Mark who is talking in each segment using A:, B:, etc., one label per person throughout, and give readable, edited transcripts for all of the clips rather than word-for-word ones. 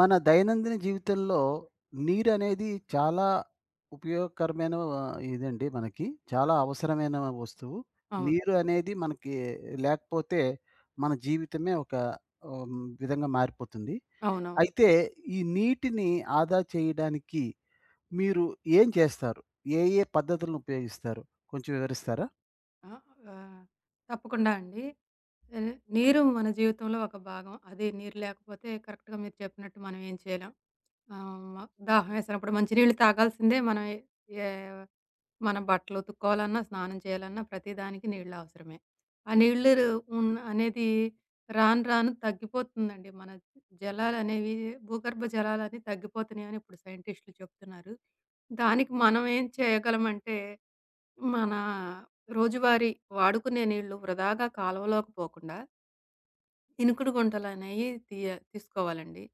A: మన దైనందిన జీవితంలో నీరు అనేది చాలా ఉపయోగకరమైన ఇదండి మనకి చాలా అవసరమైన వస్తువు.
B: అవును.
A: నీరు అనేది మనకి లేకపోతే మన జీవితమే ఒక ఉమ్, విధంగా మారిపోతుంది.
B: అవునవును.
A: అయితే ఈ నీటిని ఆదా చేయడానికి మీరు ఏం చేస్తారు? ఏ ఏ పద్ధతులను ఉపయోగిస్తారు? కొంచెం వివరిస్తారా?
B: ఆ! ఆహ్, తప్పకుండా అండి. ఆహ్, నీరు మన జీవితంలో ఒక భాగం. అది నీరు లేకపోతే కరెక్ట్‌గా మీరు చెప్పినట్టు మనం ఏం చేయలేం. దాహం వేసినప్పుడు మంచి నీళ్ళు తాగాల్సిందే. మనం ఏ ఏ- మన బట్టలు ఉతుక్కోవాలన్నా, స్నానం చేయాలన్నా ప్రతిదానికి నీళ్ళు అవసరమే. ఆ నీళ్ళు రు- ఉన్ అనేది రాను రాను తగ్గిపోతుందండి. మన జలాలనేవి భూగర్భ జలాలన్నీ తగ్గిపోతున్నాయని ఇప్పుడు సైంటిస్టులు చెప్తున్నారు. దానికి మనం ఏం చేయగలమంటే మనా రోజువారీ వాడుకునే నీళ్ళు వృధాగా కాలువలోకి పోకుండా ఇనుకుడు గుంటలనేయి తీసుకోవాలండి.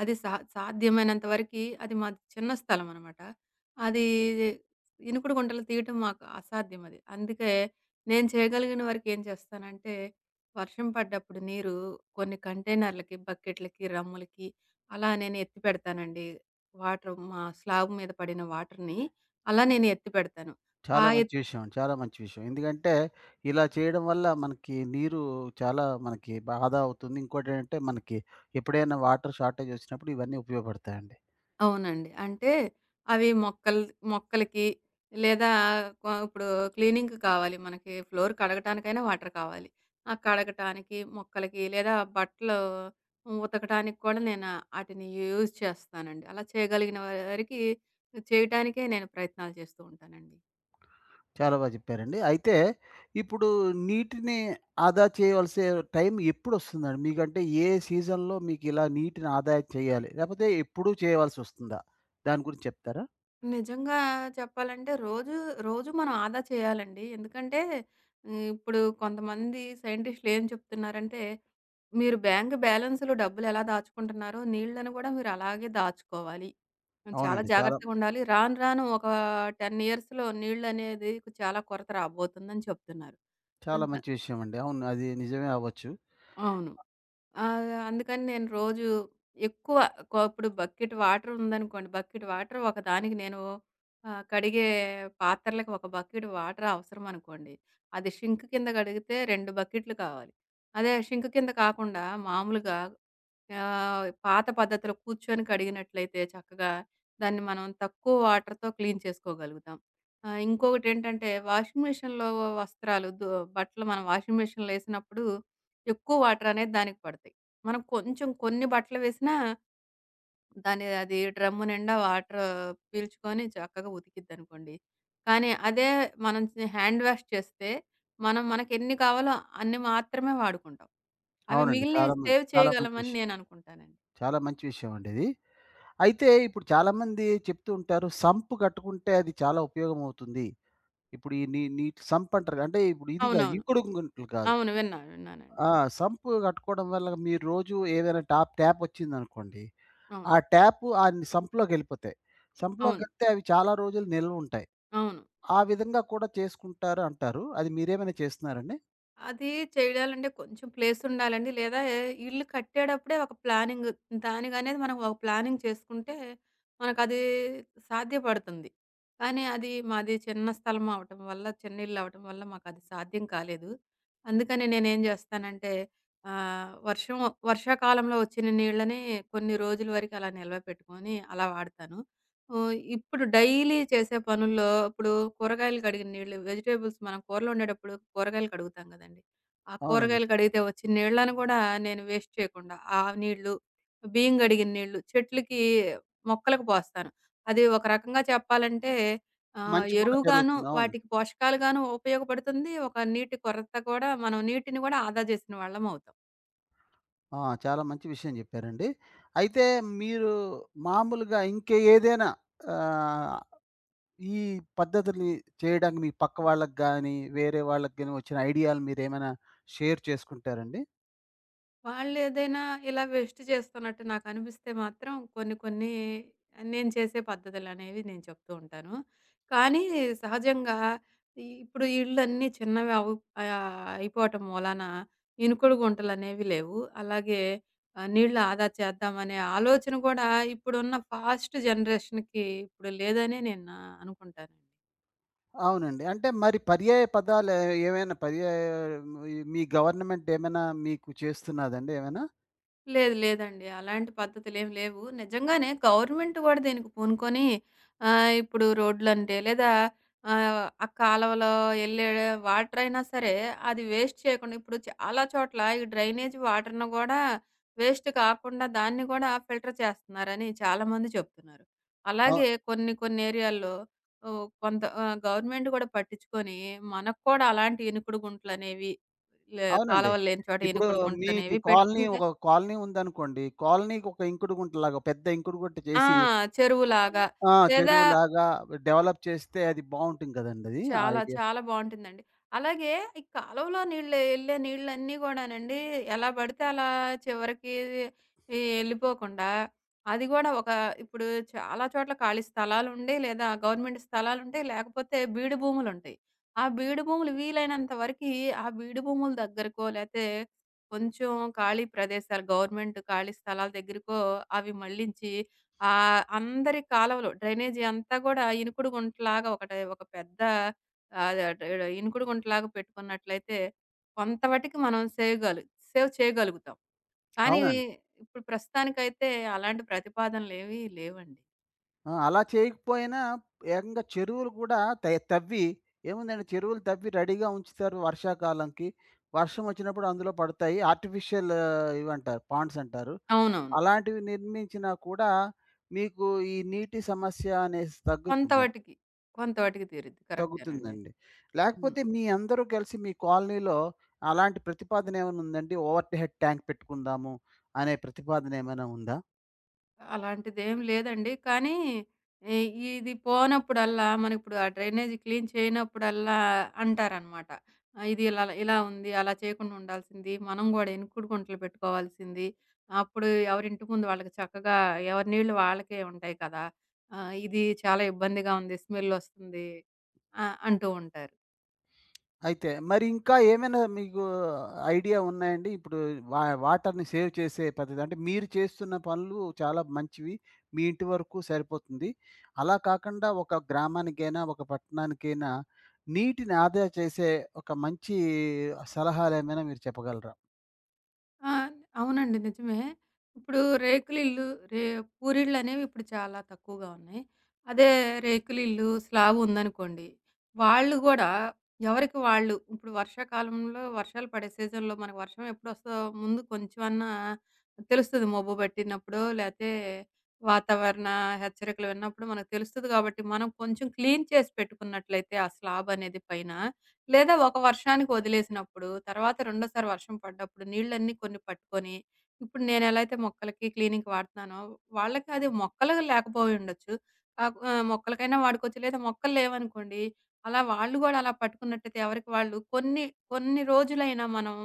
B: అది సాధ్యమైనంత వరకి అది మాది చిన్న స్థలం అనమాట. అది ఇనుకుడు గుంటలు తీయటం మాకు అసాధ్యం అది. అందుకే నేను చేయగలిగిన వరకు ఏం చేస్తానంటే, వర్షం పడ్డప్పుడు నీరు కొన్ని కంటైనర్లకి, బకెట్లకి, రమ్ములకి అలా నేను ఎత్తిపెడతానండి. వాటర్ మా స్లాబ్ మీద పడిన వాటర్‌ని అలా నేను ఎత్తిపెడతాను. ఆ
A: చాలా
B: ఎత్
A: మంచి విషయం. చాలా మంచి విషయం. ఎందుకంటే, ఇలా చేయడం వల్ల మనకి నీరు చాలా మనకి ఆదా అవుతుంది. ఇంకోటేంటంటే, మనకి ఎప్పుడైనా వాటర్ షార్టేజ్ వచ్చినప్పుడు ఇవన్నీ ఉపయోగపడతాయండి.
B: అవునండి. అంటే అవి మొక్కలకి లేదా ఇప్పుడు క్లీనింగ్‌కి కావాలి. మనకి ఫ్లోర్ కడగటానికైనా వాటర్ కావాలి. ఆ కడగటానికి, మొక్కలకి లేదా బట్టలు ఉతకటానికి కూడా నేను ఆటిని యూజ్ చేస్తానండి. అలా చేయగలిగిన వరికి చేయటానికే నేను ప్రయత్నాలు చేస్తూ ఉంటానండి.
A: చాలా చెప్పారండి. అయితే, ఇప్పుడు నీటిని ఆదా చేయవలసే టైం ఎప్పుడొస్తుందండి? మీకంటే ఏ సీజన్‌లో మీకిలా నీటిని ఆదా చేయాలి? లేపోతే ఎప్పుడూ చేయవలసొస్తుందా? దాని గురించి చెప్తారా?
B: నిజంగా చెప్పాలంటే రోజు రోజు మనం ఆదా చేయాలండి. ఎందుకంటే ఇప్పుడు కొంతమంది సైంటిస్టులు ఏం చెప్తున్నారంటే, మీరు బ్యాంక్ బ్యాలెన్స్‌లో డబ్బులు ఎలా దాచుకుంటున్నారో, నీళ్ళను కూడా మీరు అలాగే దాచుకోవాలి. చాలా
A: అవునండి. చాలా,
B: జాగ్రత్తగా ఉండాలి. రాను రాను ఒక 10 ఇయర్స్‌లో నీళ్ళనేది చాలా కొరత రాబోతుందని చెప్తున్నారు.
A: చాలా
B: హ్మ్, ద
A: మంచి విషయం అండి. అవును. అది నిజమే అవ్వచ్చు.
B: అవును. ఆ! అందుకని నేను రోజు ఎక్కువ ఇప్పుడు బకెట్ వాటర్ ఉందనుకోండి. బకెట్ వాటర్ ఒకదానికి నేను కడిగే పాత్రలకి ఒక బకెట్ వాటర్ అవసరం అనుకోండి. అది షింక్ కింద కడిగితే 2 బకెట్లు కావాలి. అదే షింక్ కింద కాకుండా మామూలుగా పాత పద్ధతిలో కూర్చొని కడిగినట్లయితే చక్కగా దాన్ని మనం తక్కువ వాటర్‌తో క్లీన్ చేసుకోగలుగుతాం. ఇంకొకటేంటంటే వాషింగ్ మెషిన్‌లో వస్త్రాలు దు బట్టలు మనం వాషింగ్ మెషిన్‌లో ఏసినప్పుడు ఎక్కువ వాటర్ అనేది దానికి పడతాయి. మనం కొంచెం కొన్ని బట్టలు వేసినా అది డ్రమ్ము నిండా వాటర్ పీల్చుకొని చక్కగా ఉతికిద్దనుకోండి. కానీ అదే మనం హ్యాండ్ వాష్ చేస్తే మనం మనకెన్ని కావాలో అన్ని మాత్రమే వాడుకుంటాం. అవి
A: అవునండి.
B: మిగిలినవి సేవ్
A: చాలా మంచి
B: చేయగలమని
A: విషయం.
B: నేననుకుంటానండి.
A: చాలా మంచి విషయం అండి ఇది. అయితే ఇప్పుడు చాలామంది చెప్తూ ఉంటారు, సంప్ కట్టుకుంటే అది చాలా ఉపయోగమవుతుంది. ఇప్పుడు ఈ నీటి సంప్ అంటారు. అంటే ఇప్పుడు ఇది కాదు,
B: అవునవును.
A: ఇంకుడు గుంటలు కాదు.
B: అవును. విన్నాను. విన్నానండి.
A: ఆ! సంప్ కట్టుకోవడం వల్ల మీరు రోజు ఏదైనా ట్యాపొచ్చిందనుకోండి,
B: అవును.
A: ఆ ట్యాప్ ఆ సంప్‌లోకెళ్ళిపోతాయి.
B: అవును.
A: సంప్‌లోకెళ్తే అవి చాలా రోజులు నిల్వుంటాయి.
B: అవును.
A: ఆ విధంగా కూడా చేసుకుంటారు అంటారు. అది మీరేమైనా చేస్తున్నారండి?
B: అది చేయాలంటే కొంచెం ప్లేసుండాలండి. లేదా ఇల్లు కట్టేటప్పుడే ఒక ప్లానింగ్ దానికనేది మనం ఒక ప్లానింగ్ చేసుకుంటే మనకది సాధ్యపడుతుంది. కానీ అది మాది చిన్న స్థలం అవ్వటం వల్ల, చిన్న ఇల్లు అవ్వటం వల్ల మాకది సాధ్యం కాలేదు. అందుకని నేనేం చేస్తానంటే ఆహ్, వర్షం వర్షాకాలంలో వచ్చిన నీళ్ళని కొన్ని రోజుల వరకు అలా నిల్వ పెట్టుకొని అలా వాడతాను. ఓహ్! ఇప్పుడు డైలీ చేసే పనుల్లో ఇప్పుడు కూరగాయలు కడిగిన నీళ్ళు వెజిటబుల్స్ మనం కూరలు వండేటప్పుడు కూరగాయలు కడుగుతాం గదండీ! ఆ
A: అవునండి.
B: కూరగాయలు కడిగితే వచ్చిన నీళ్ళను గూడా నేను వేస్ట్ చేయకుండా ఆ నీళ్ళు, బియ్యం కడిగిన నీళ్ళు చెట్లకి, మొక్కలకు పోస్తాను. అది ఒక రకంగా చెప్పాలంటే
A: మంచి కూడా
B: ఎరువుగాను,
A: జరుగుతుంది. అవును.
B: వాటికి పోషకాలుగాను ఉపయోగపడుతుంది. ఒక నీటి కొరత కూడా మనం నీటిని గూడా ఆదా చేసిన వాళ్ళమవుతాం.
A: ఆ! చాలా మంచి విషయం చెప్పారండి. అయితే మీరు మామూలుగా ఇంకే ఏదైనా ఆహ్, ఈ పద్ధతులు చేయడానికి మీ పక్క వాళ్ళకి గాని, వేరే వాళ్ళకి గాని వచ్చిన ఐడియాలు మీరేమైనా షేర్ చేసుకుంటారండి?
B: వాళ్ళేదైనా ఇలా వేస్ట్ చేస్తున్నట్టు నాకనిపిస్తే మాత్రం కొన్ని కొన్ని నేను చేసే పద్ధతులనేవి నేను చెప్తూ ఉంటాను. కానీ సహజంగా ఇప్పుడు ఇళ్ళన్నీ చిన్నవి ఆహ్, అయిపోవటం మూలాన ఇనుకుడు గుంటలనేవి లేవు. అలాగే నీళ్ళు ఆదా చేద్దామనే ఆలోచన కూడా ఇప్పుడున్న ఫాస్ట్ జనరేషన్‌కి ఇప్పుడు లేదనే నేను అనుకుంటాను.
A: అవునండి. అంటే మరి పర్యాయ పదాలు ఏమైనా పర్యాయ ఈ మీ గవర్నమెంట్ ఏమైనా మీకు చేస్తున్నదండి ఏమైనా?
B: లేదు లేదండి. అలాంటి పద్ధతులేమి లేవు. నిజంగానే గవర్నమెంట్ గూడా దీనికి పూనుకొని ఇప్పుడు రోడ్లంటే లేదా ఆ కాలవలో యెళ్ళే వాటర్ అయినా సరే అది వేస్ట్ చేయకుండా ఇప్పుడు చాలా చోట్ల ఈ డ్రైనేజ్ వాటర్‌ని గూడా వేస్ట్ కాకుండా దాన్ని గూడా ఫిల్టర్ చేస్తున్నారని చాలామంది చెప్తున్నారు.
A: అవు
B: అలాగే కొన్ని కొన్ని ఏరియాల్లో గవర్నమెంట్ గూడా పట్టించుకొని మనకు కూడా అలాంటి ఇనుకుడు గుంటలనేవి
A: అవునండి.
B: కాలువలు లేని చోట
A: ఇప్పుడు
B: ఇనుకుడు
A: మీకు
B: గుంటలనేవి
A: కాలనీ
B: పెట్టుకుంటే
A: ఒక కాలనీ ఉందనుకోండి. కాలనీకి ఒక ఇంకుడుగుంటలాగా పెద్ద ఇంకుడుగుంట
B: ఆ!
A: చేసి
B: చెరువులాగా.
A: ఆ!
B: లేదా
A: చెరువులాగా డెవలప్ చేస్తే అది బావుంటుంది కదండీ! అది ఆ
B: చాలా,
A: ఐడియా.
B: చాలా బావుంటుందండి. అలాగే ఈ కాలువలో నీళ్ళు ఎళ్ళే నీళ్ళన్నీ గూడానండి ఎలా బడితే అలా చివరికి ఎళ్ళిపోకుండా అది గూడా ఒక ఇప్పుడు చాలా చోట్ల ఖాళీ స్థలాలుండి లేదా గవర్నమెంట్ స్థలాలుంటాయి. లేకపోతే బీడు భూములుంటాయి. ఆ బీడు భూములు వీలైనంత వరకి ఆ బీడు భూముల దగ్గరకో లేతే కొంచెం ఖాళీ ప్రదేశాలు గవర్నమెంట్ ఖాళీ స్థలాల దగ్గరకో అవి మళ్ళించి అందరి కాలువలు డ్రైనేజీ అంతా గూడా ఇనుకుడు గుంటలాగా ఒకటి ఒక పెద్ద అది అటు ఇడ ఇనుకుడు గుంటలాగా పెట్టుకున్నట్లయితే కొంత మటికి మనం సేవ్ చేయగలుగుతాం. కానీ
A: అవునండి.
B: ఇప్పుడు ప్రస్తుతానికైతే అలాంటి ప్రతిపాదనలేవి లేవండి.
A: ఆ! అలా చేయకపోయినా ఏకంగా చెరువులు గూడా తవ్వి ఏముందండి చెరువులు తవ్వి రెడీగా ఉంచుతారు వర్షాకాలంకి. వర్షం వచ్చినప్పుడు అందులో పడతాయి. ఆర్టిఫిషియల్ ఇవంటారు పాండ్స్ అంటారు.
B: అవునవును.
A: అలాంటివి నిర్మించినా కూడా మీకు ఈ నీటి సమస్య అనేసి
B: కొంత
A: తగ్గుతుందండి.
B: మటికి, కొంత మటికి తీరిద్ది. కరెక్టేనండి.
A: తగ్గుతుందండి.
B: హ్మ్.
A: లేకపోతే మీ అందరూ కలిసి మీ కాలనీలో అలాంటి ప్రతిపాదన ఏమైనా ఉందండి? ఓవర్‌హెడ్ ట్యాంక్ పెట్టుకుందాము అనే ప్రతిపాదన ఏమైనా ఉందా?
B: అలాంటిదేం లేదండి. కానీ ఈ ఇది పోనప్పుడల్లా మనకిప్పుడు ఆ డ్రైనేజ్ క్లీన్ చేయనప్పుడల్లా అంటారనమాట. ఆహ్, ఇది ఇలా ఇలా ఉంది. అలా చేయకుండా ఉండాల్సింది. మనం గూడా ఇనుకుడు గుంటలు పెట్టుకోవాల్సింది. అప్పుడు ఎవరింటి ముందు వాళ్ళకి చక్కగా ఎవరి నీళ్ళు వాళ్ళకే ఉంటాయి కదా! ఇది చాలా ఇబ్బందిగా ఉంది. స్మెల్ ఒస్తుంది. అంటూ ఉంటారు.
A: అయితే మరి ఇంకా ఏమైనా మీకు ఐడియా ఉన్నాయండి? ఇప్పుడు వాటర్‌ని సేవ్ చేసే పద్ధతి. అంటే మీరు చేస్తున్న పనులు చాలా మంచివి. మీ ఇంటి వరకు సరిపోతుంది. అలా కాకుండా ఒక గ్రామానికైనా, ఒక పట్టణానికైనా నీటిని ఆదా చేసే ఒక మంచి సలహాలేమైనా మీరు చెప్పగలరా?
B: ఆ! అవునండి. నిజమే. ఇప్పుడు రేకులిల్లు రే పూరిళ్ళనేవి ఇప్పుడు చాలా తక్కువగా ఉన్నాయి. అదే రేకులిల్లు, స్లాబుందనుకోండి, వాళ్ళు గూడా ఎవరికి వాళ్ళు ఇప్పుడు వర్షాకాలంలో వర్షాలు పడే సీజన్‌లో మనకు వర్షం ఎప్పుడొస్తదో ముందు కొంచెమన్నా తెలుస్తది. మబ్బు పట్టినప్పుడో, లేతే వాతావరణ హెచ్చరికలు విన్నప్పుడు మనకు తెలుస్తది గాబట్టి, మనం కొంచెం క్లీన్ చేసి పెట్టుకున్నట్లయితే ఆ స్లాబనేది పైన లేదా ఒక వర్షానికి వదిలేసినప్పుడు, తర్వాత రెండోసారి వర్షం పడ్డప్పుడు నీళ్ళన్నీ కొన్ని పట్టుకొని, ఇప్పుడు నేనెలా అయితే మొక్కలకి, క్లీనింగ్‌కి వాడుతున్నానో, వాళ్ళకి అది మొక్కలుగా లేకపోయి ఉండొచ్చు. మొక్కలకైనా వాడుకోవచ్చు. లేదా మొక్కలు లేవనుకోండి, అలా వాళ్ళు గూడా అలా పట్టుకున్నట్టయితే ఎవరికి వాళ్ళు కొన్ని రోజులైనా మనం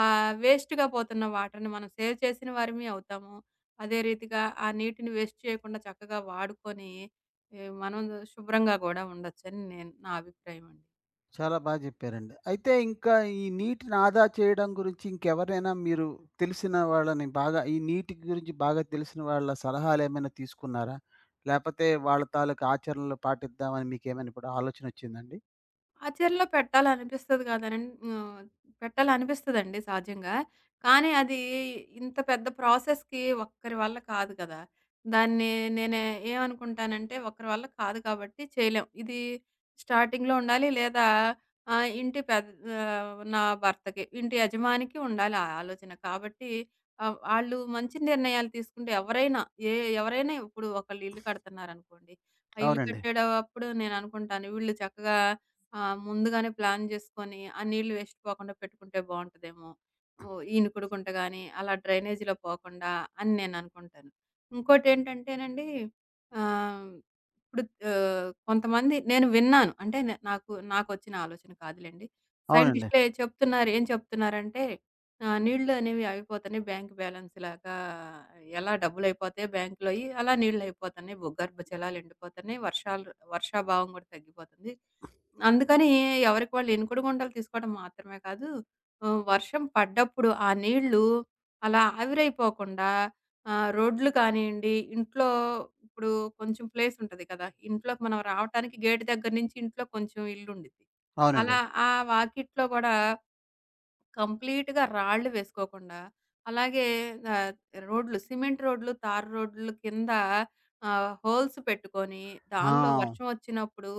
B: వేస్ట్‌గా పోతున్న వాటర్‌ని మనం సేవ్ చేసిన వారిమి అవుతాము. అదే రీతిగా ఆ నీటిని వేస్ట్ చేయకుండా చక్కగా వాడుకొని, మనం శుభ్రంగా గూడా ఉండొచ్చని నేను అభిప్రాయం అండి.
A: చాలా బాగా చెప్పారండి. అయితే ఇంకా ఈ నీటిని ఆదా చేయడం గురించి ఇంకెవరైనా మీరు తెలిసిన వాళ్ళని బాగా ఈ నీటి గురించి బాగా తెలిసిన వాళ్ళ సలహాలేమైనా తీసుకున్నారా? లేపోతే వాళ్ళ తాలూకా ఆచరణలు పాటిద్దామని మీకేమైనా ఇప్పుడు ఆలోచనొచ్చిందండి?
B: ఆచరణలో పెట్టాలనిపిస్తది కాదనం ఆహ్, పెట్టాలనిపిస్తదండి సహజంగా. కానీ అది ఇంత పెద్ద ప్రాసెస్‌కి ఒక్కరి వల్ల కాదు కదా! దాన్ని నేనే ఏమనుకుంటానంటే ఒకరి వల్ల కాదు కాబట్టి చేయలేం. ఇది స్టార్టింగ్‌లో ఉండాలి లేదా ఆహ్, ఇంటి పెద్ ఆహ్, నా భర్తకి, ఇంటి యజమానికి ఉండాలి ఆ ఆలోచన. కాబట్టి ఆళ్ళు మంచి నిర్ణయాలు తీసుకుంటే ఏ ఎవరైనా ఇప్పుడు ఒకళ్ళు ఇల్లు కడుతున్నారనుకోండి. ఆ ఇల్లు
A: అవునండి.
B: కట్టేటప్పుడు నేననుకుంటాను వీళ్ళు చక్కగా ఆ! ముందుగానే ప్లాన్ జేసుకొని, ఆ నీళ్ళు వేస్ట్ పోకుండా పెట్టుకుంటే బావుంటదేమో! ఓహ్! ఈనుకుడుగుంట గాని, అలా డ్రైనేజీలో పోకుండా అని నేననుకుంటాను. ఇంకోటేంటంటేనండి ఆహ్, ఇప్పుడు కొంతమంది నేను విన్నాను. అంటే నే నాకు నాకొచ్చిన ఆలోచన కాదులెండి.
A: అవునండి.
B: సైంటిస్ట్‌లే చెప్తున్నారు. ఏం చెప్తున్నారంటే నీళ్ళు అనేవి అయిపోతున్నాయి బ్యాంక్ బ్యాలెన్స్ లాగా ఎలా డబ్బులయిపోతాయో బ్యాంక్‌లోయి, అలా నీళ్ళయిపోతున్నాయి. భూగర్భ జలాలెండిపోతున్నాయి. వర్షాభావం గూడా తగ్గిపోతుంది. అందుకని ఎవరికి వాళ్ళు ఎనికుడు గుంటలు తీసుకోవడం మాత్రమే కాదు, వర్షం పడ్డప్పుడు ఆ నీళ్ళు అలా ఆవిరైపోకుండా రోడ్లు కానియండి, ఇంట్లో ఇప్పుడు కొంచెం ప్లేస్ ఉంటది కదా! ఇంట్లోకి మనం రావటానికి గేట్ దగ్గర నుంచి ఇంట్లో కొంచెం ఇల్లుండిద్ది.
A: అవునండి.
B: అలా ఆ వాకిట్లో గూడా కంప్లీట్‌గా రాళ్ళు వేసుకోకుండా, అలాగే ఆహ్, రోడ్లు సిమెంట్ రోడ్లు, తారు రోడ్లు కింద హోల్స్ పెట్టుకొని,
A: ఆ!
B: దానిలో వర్షం వచ్చినప్పుడు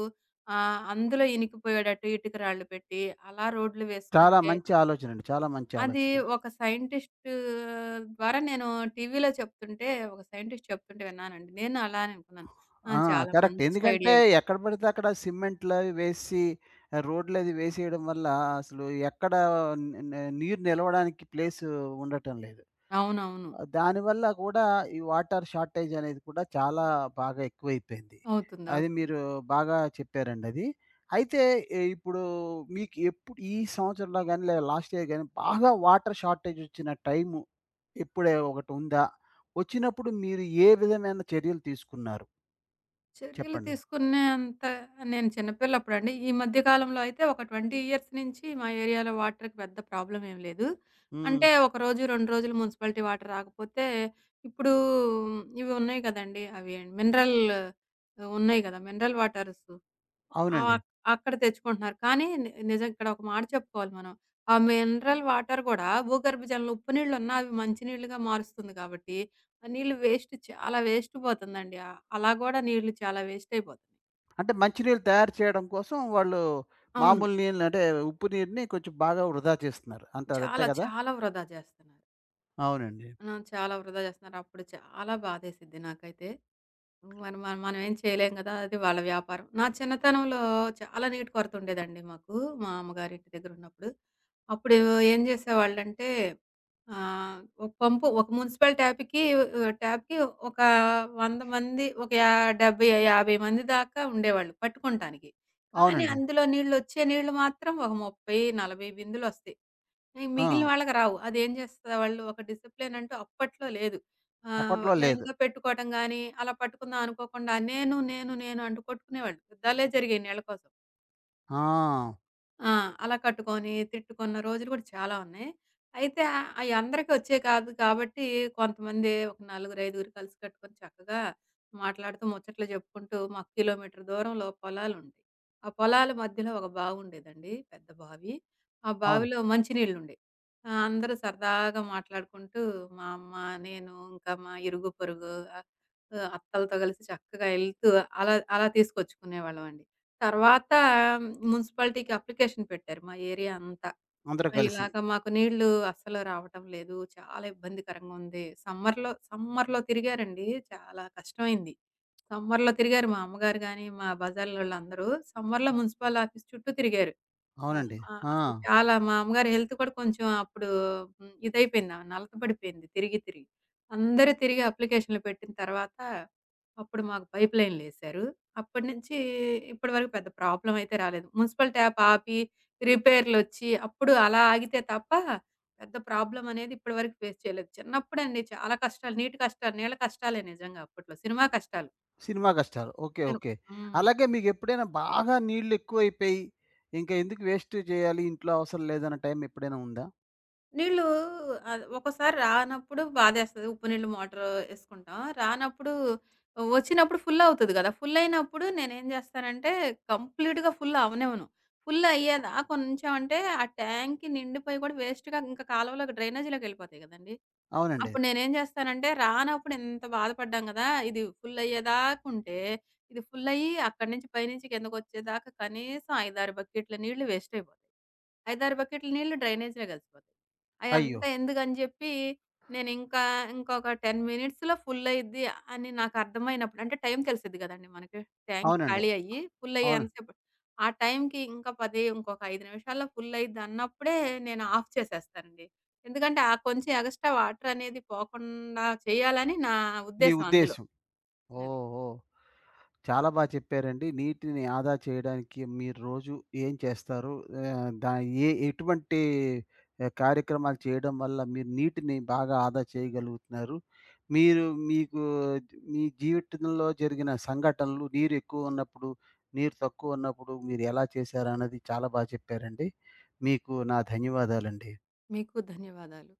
B: అందులో ఇనికిపోయేటట్టు ఇటుక రాళ్ళు పెట్టి, అలా రోడ్లు
A: చాలా
B: వేసుకుంటే
A: మంచి ఆలోచనండి. చాలా మంచి
B: అది
A: ఆలోచన.
B: ఒక సైంటిస్ట్ ద్వారా నేను టీవీలో చెప్తుంటే, ఒక సైంటిస్ట్ చెప్తుంటే విన్నానండి. నేను అలానే అనుకున్నాను. ఆ!
A: ఆ!
B: చాలా
A: కరెక్ట్.
B: మంచి
A: ఎందుకంటే
B: ఐడియా ఇది.
A: ఎక్కడ పడితే అక్కడ సిమెంట్‌లవి వేసి ఆహ్, రోడ్లది వేసేయడం వల్ల అసలు ఎక్కడ ని ని నీరు నిలవడానికి ప్లేసు ఉండటం లేదు.
B: అవునవును.
A: ఆహ్, దానివల్ల గూడా ఈ వాటర్ షార్టేజ్ అనేది కూడా చాలా బాగా ఎక్కువైపోయింది.
B: అవుతుంది.
A: అది
B: అవుతుంది.
A: మీరు బాగా చెప్పారండది. అయితే ఆహ్, ఇప్పుడు మీకు ఎప్పుడు ఈ సంవత్సరంలో గాని, లేదా లాస్ట్ ఇయర్ గాని బాగా వాటర్ షార్టేజ్ వచ్చిన టైము ఇప్పుడే ఒకటుందా? వచ్చినప్పుడు మీరు ఏ విధమైన చర్యలు తీసుకున్నారు?
B: చర్యలు
A: చెప్పండి.
B: తీసుకునే అంత నేను చిన్నపిల్లప్పుడండి. ఈ మధ్య కాలంలో అయితే ఒక 20 ఇయర్స్ నుంచి మా ఏరియాలో వాటర్‌కి పెద్ద ప్రాబ్లమ్ ఏమి లేదు.
A: హ్మ్.
B: అంటే ఒకరోజు, 2 రోజులు మున్సిపాలిటీ వాటర్ రాకపోతే ఇప్పుడు ఇవి ఉన్నాయి కదండీ! అవి మినరల్ ఉన్నాయి కదా! Mineral waters.
A: అవునండి.
B: ఆహ్, అక్కడ తెచ్చుకుంటున్నారు. కానీ నిజం ఇక్కడ ఒక మాట చెప్పుకోవాలి మనం. ఆ మినరల్ వాటర్ కూడా భూగర్భ జలంలో ఉప్పు నీళ్లున్నా అవి మంచినీళ్ళుగా మారుస్తుంది కాబట్టి ఆ నీళ్ళు చాలా వేస్ట్ పోతుందండి. అలా గూడా నీళ్ళు చాలా వేస్ట్ అయిపోతున్నాయి.
A: అంటే మంచి నీళ్ళు తయారు చేయడం కోసం వాళ్ళు
B: అవును.
A: మామూలు నీళ్ళని అంటే ఉప్పు నీరుని కొంచెం బాగా వృధా చేస్తున్నారు అంటారు. అంతే
B: చాలా
A: కదా?
B: చాలా వృధా చేస్తున్నారు.
A: అవునండి.
B: ఆ! చాలా వృధా చేస్తున్నారు. అప్పుడు చాలా బాధేసిద్ది నాకైతే. మనం మనం మనమేం చేయలేం గదా! అది వాళ్ళ వ్యాపారం. నా చిన్నతనంలో చాలా నీటి కొరత ఉండేదండి మాకు. మా అమ్మగారింటి దగ్గరున్నప్పుడు. అప్పుడు ఏం జేసేవాళ్ళంటే ఆహ్, ఒక పంపు ఒక మున్సిపల్ ట్యాప్‌కి ఒక 100 మంది ఒక యా 70, 50 మంది దాకా ఉండేవాళ్ళు పట్టుకుంటానికి. కానీ
A: అవునండి.
B: అందులో నీళ్ళొచ్చే నీళ్ళు మాత్రం ఒక 30, 40 బిందెలొస్తాయి. ఈ
A: ఆ!
B: మిగిలిన వాళ్ళకి రావు. అదేం చేసేవాళ్ళు ఒక డిసిప్లిన్ అంటూ అప్పట్లో లేదు.
A: అప్పట్లో లేదు.
B: లైన్‌గా పెట్టుకోవటం గాని, అలా పట్టుకుందాం అనుకోకుండా నేను అంటూ కొట్టుకునేవాళ్ళు. యుద్ధాలే జరిగాయి నీళ్ళ కోసం.
A: ఆ!
B: ఆ! అలా కట్టుకొని, తిట్టుకున్న రోజులు కూడా చాలా ఉన్నాయి. అయితే అందరికి వచ్చేయి కాదు కాబట్టి, కొంతమంది ఒక నలుగురు, ఐదుగురు కలిసి కట్టుకొని చక్కగా మాట్లాడుతూ, ముచ్చట్లు చెప్పుకుంటూ మాకు కిలోమీటర్ దూరంలో పొలాలుండేయి. ఆ పొలాల మధ్యలో ఒక బావుండేదండి. పెద్ద బావి. ఆ
A: అవును.
B: బావిలో మంచినీళ్ళుండేయి. ఆ! అందరూ సరదాగా మాట్లాడుకుంటూ, మా అమ్మ, నేను ఇంకా మా ఇరుగు పొరుగు అత్తలతో కలిసి చక్కగా ఎళ్తూ అలా అలా తీసుకొచ్చుకునేవాళ్ళమండి. తర్వాత మున్సిపాలిటీకి అప్లికేషన్ పెట్టారు మా ఏరియా అంతా.
A: అందరూ
B: "ఆ,
A: కలిసి.
B: ఇలాగ మాకు నీళ్ళు అస్సలు రావటం లేదు. చాలా ఇబ్బందికరంగా ఉంది. సమ్మర్‌లో సమ్మర్‌లో తిరిగారండి. చాలా కష్టమైంది. సమ్మర్‌లో తిరిగారు మా అమ్మగారు గాని, మా బజార్లోళ్ళందరూ. సమ్మర్‌లో మున్సిపల్ ఆఫీస్ చుట్టూ తిరిగారు. ఆ!
A: అవునండి.
B: ఆ!
A: ఆ!
B: అసలు చాలా మా అమ్మగారి హెల్త్ కూడా కొంచెం అప్పుడు ఇదైపోయింది. ఆమె నలత పడిపోయింది తిరిగి. అందరూ తిరిగి అప్లికేషన్‌లు పెట్టిన తర్వాత అప్పుడు మాకు పైప్ లైన్‌లేశారు. అప్పటినుంచి ఇప్పటి వరకు పెద్ద ప్రాబ్లమ్ అయితే రాలేదు. మున్సిపల్ ట్యాప్ ఆపి రిపేర్‌లొచ్చి అప్పుడు అలా ఆగితే తప్ప పెద్ద ప్రాబ్లమ్ అనేది ఇప్పటి వరకు ఫేస్ చేయలేదు. చిన్నప్పుడండి చాలా కష్టాలు నీటి కష్టాలు, నీళ్ళ కష్టాలే నిజంగా అప్పట్లో. సినిమా కష్టాలు.
A: సినిమా కష్టాలు. ఓకే.
B: తెను
A: ఓకే.
B: హ్మ్.
A: అలాగే మీకెప్పుడైనా బాగా నీళ్లెక్కువైపోయి, ఇంక ఎందుకు వేస్ట్ చేయాలి ఇంట్లో అవసరం లేదన్న టైం ఎప్పుడైనా ఉందా?
B: నీళ్ళు ఒక్కోసారి రానప్పుడు బాధేస్తది. ఉప్పు నీళ్ళు మోటారు యేసుకుంటాం. రానప్పుడు వచ్చినప్పుడు ఫుల్ అవుతది గదా! ఫుల్ అయినప్పుడు నేనేం జేస్తానంటే కంప్లీట్‌గా ఫుల్ అవ్వనివ్వను. ఫుల్ అయ్యేదాకా ఉంచామంటే ఆ ట్యాంక్ నిండిపోయి గూడా వేస్ట్‌గా ఇంకా కాలువలోకి డ్రైనేజీలోకెళ్ళిపోతాయి గదండీ!
A: అవునండి.
B: అప్పుడు నేనేం జేస్తానంటే, రానప్పుడు ఇంత బాధపడ్డాం గదా! ఇది ఫుల్లయ్యేదాకుంటే, ఇది ఫుల్లయ్యి అక్కడి నుంచి పైనుంచి కిందకొచ్చేదాకా కనీసం 5, 6 బకెట్ల నీళ్లు వేస్ట్ అయిపోతాయి. 5, 6 బకెట్ల నీళ్లు డ్రైనేజ్‌లో కలిసిపోతాయి.
A: అయ్యో!
B: అయంతా ఎందుకని జెప్పి, నేనింకా ఇంకొక 10 మినిట్స్‌లో ఫుల్లయిద్ది అని నాకర్థమైనప్పుడు అంటే టైం తెలిసిద్ది గదండీ మనకి. ట్యాంక్
A: అవునండి.
B: ఖాళీ అయ్యి ఫుల్లయ్యే
A: అవును.
B: ఎంత సేపు ఆ టైంకి ఇంకా 10 ఇంకొక 5 నిమిషాల్లో ఫుల్లయిద్దన్నప్పుడే నేను ఆఫ్ చేసేస్తానండి. ఎందుకంటే, ఆ కొంచెం ఎగస్ట్రా వాటరనేది పోకుండా చేయాలని నా
A: మీ
B: ఉద్దేశం అందులో.
A: ఉద్దేశ్యం.
B: అది.
A: ఓహ్! ఓహ్! చాలా చెప్పారండి. నీటిని ఆదా చేయడానికి మీరు రోజు ఏం చేస్తారు? ఆహ్, ఏ ఎటువంటి ఆహ్, కార్యక్రమాలు చేయడం వల్ల మీరు నీటిని బాగా ఆదా చేయగలుగుతున్నారు? మీరు మీకు మీ జీవితంలో జరిగిన సంఘటనలు నీరు ఎక్కువ ఉన్నప్పుడు, నీరు తక్కువ ఉన్నప్పుడు మీరు ఎలా చేశారన్నది చాలా చెప్పారండి. మీకు నా ధన్యవాదాలండి.
B: మీకు ధన్యవాదాలు.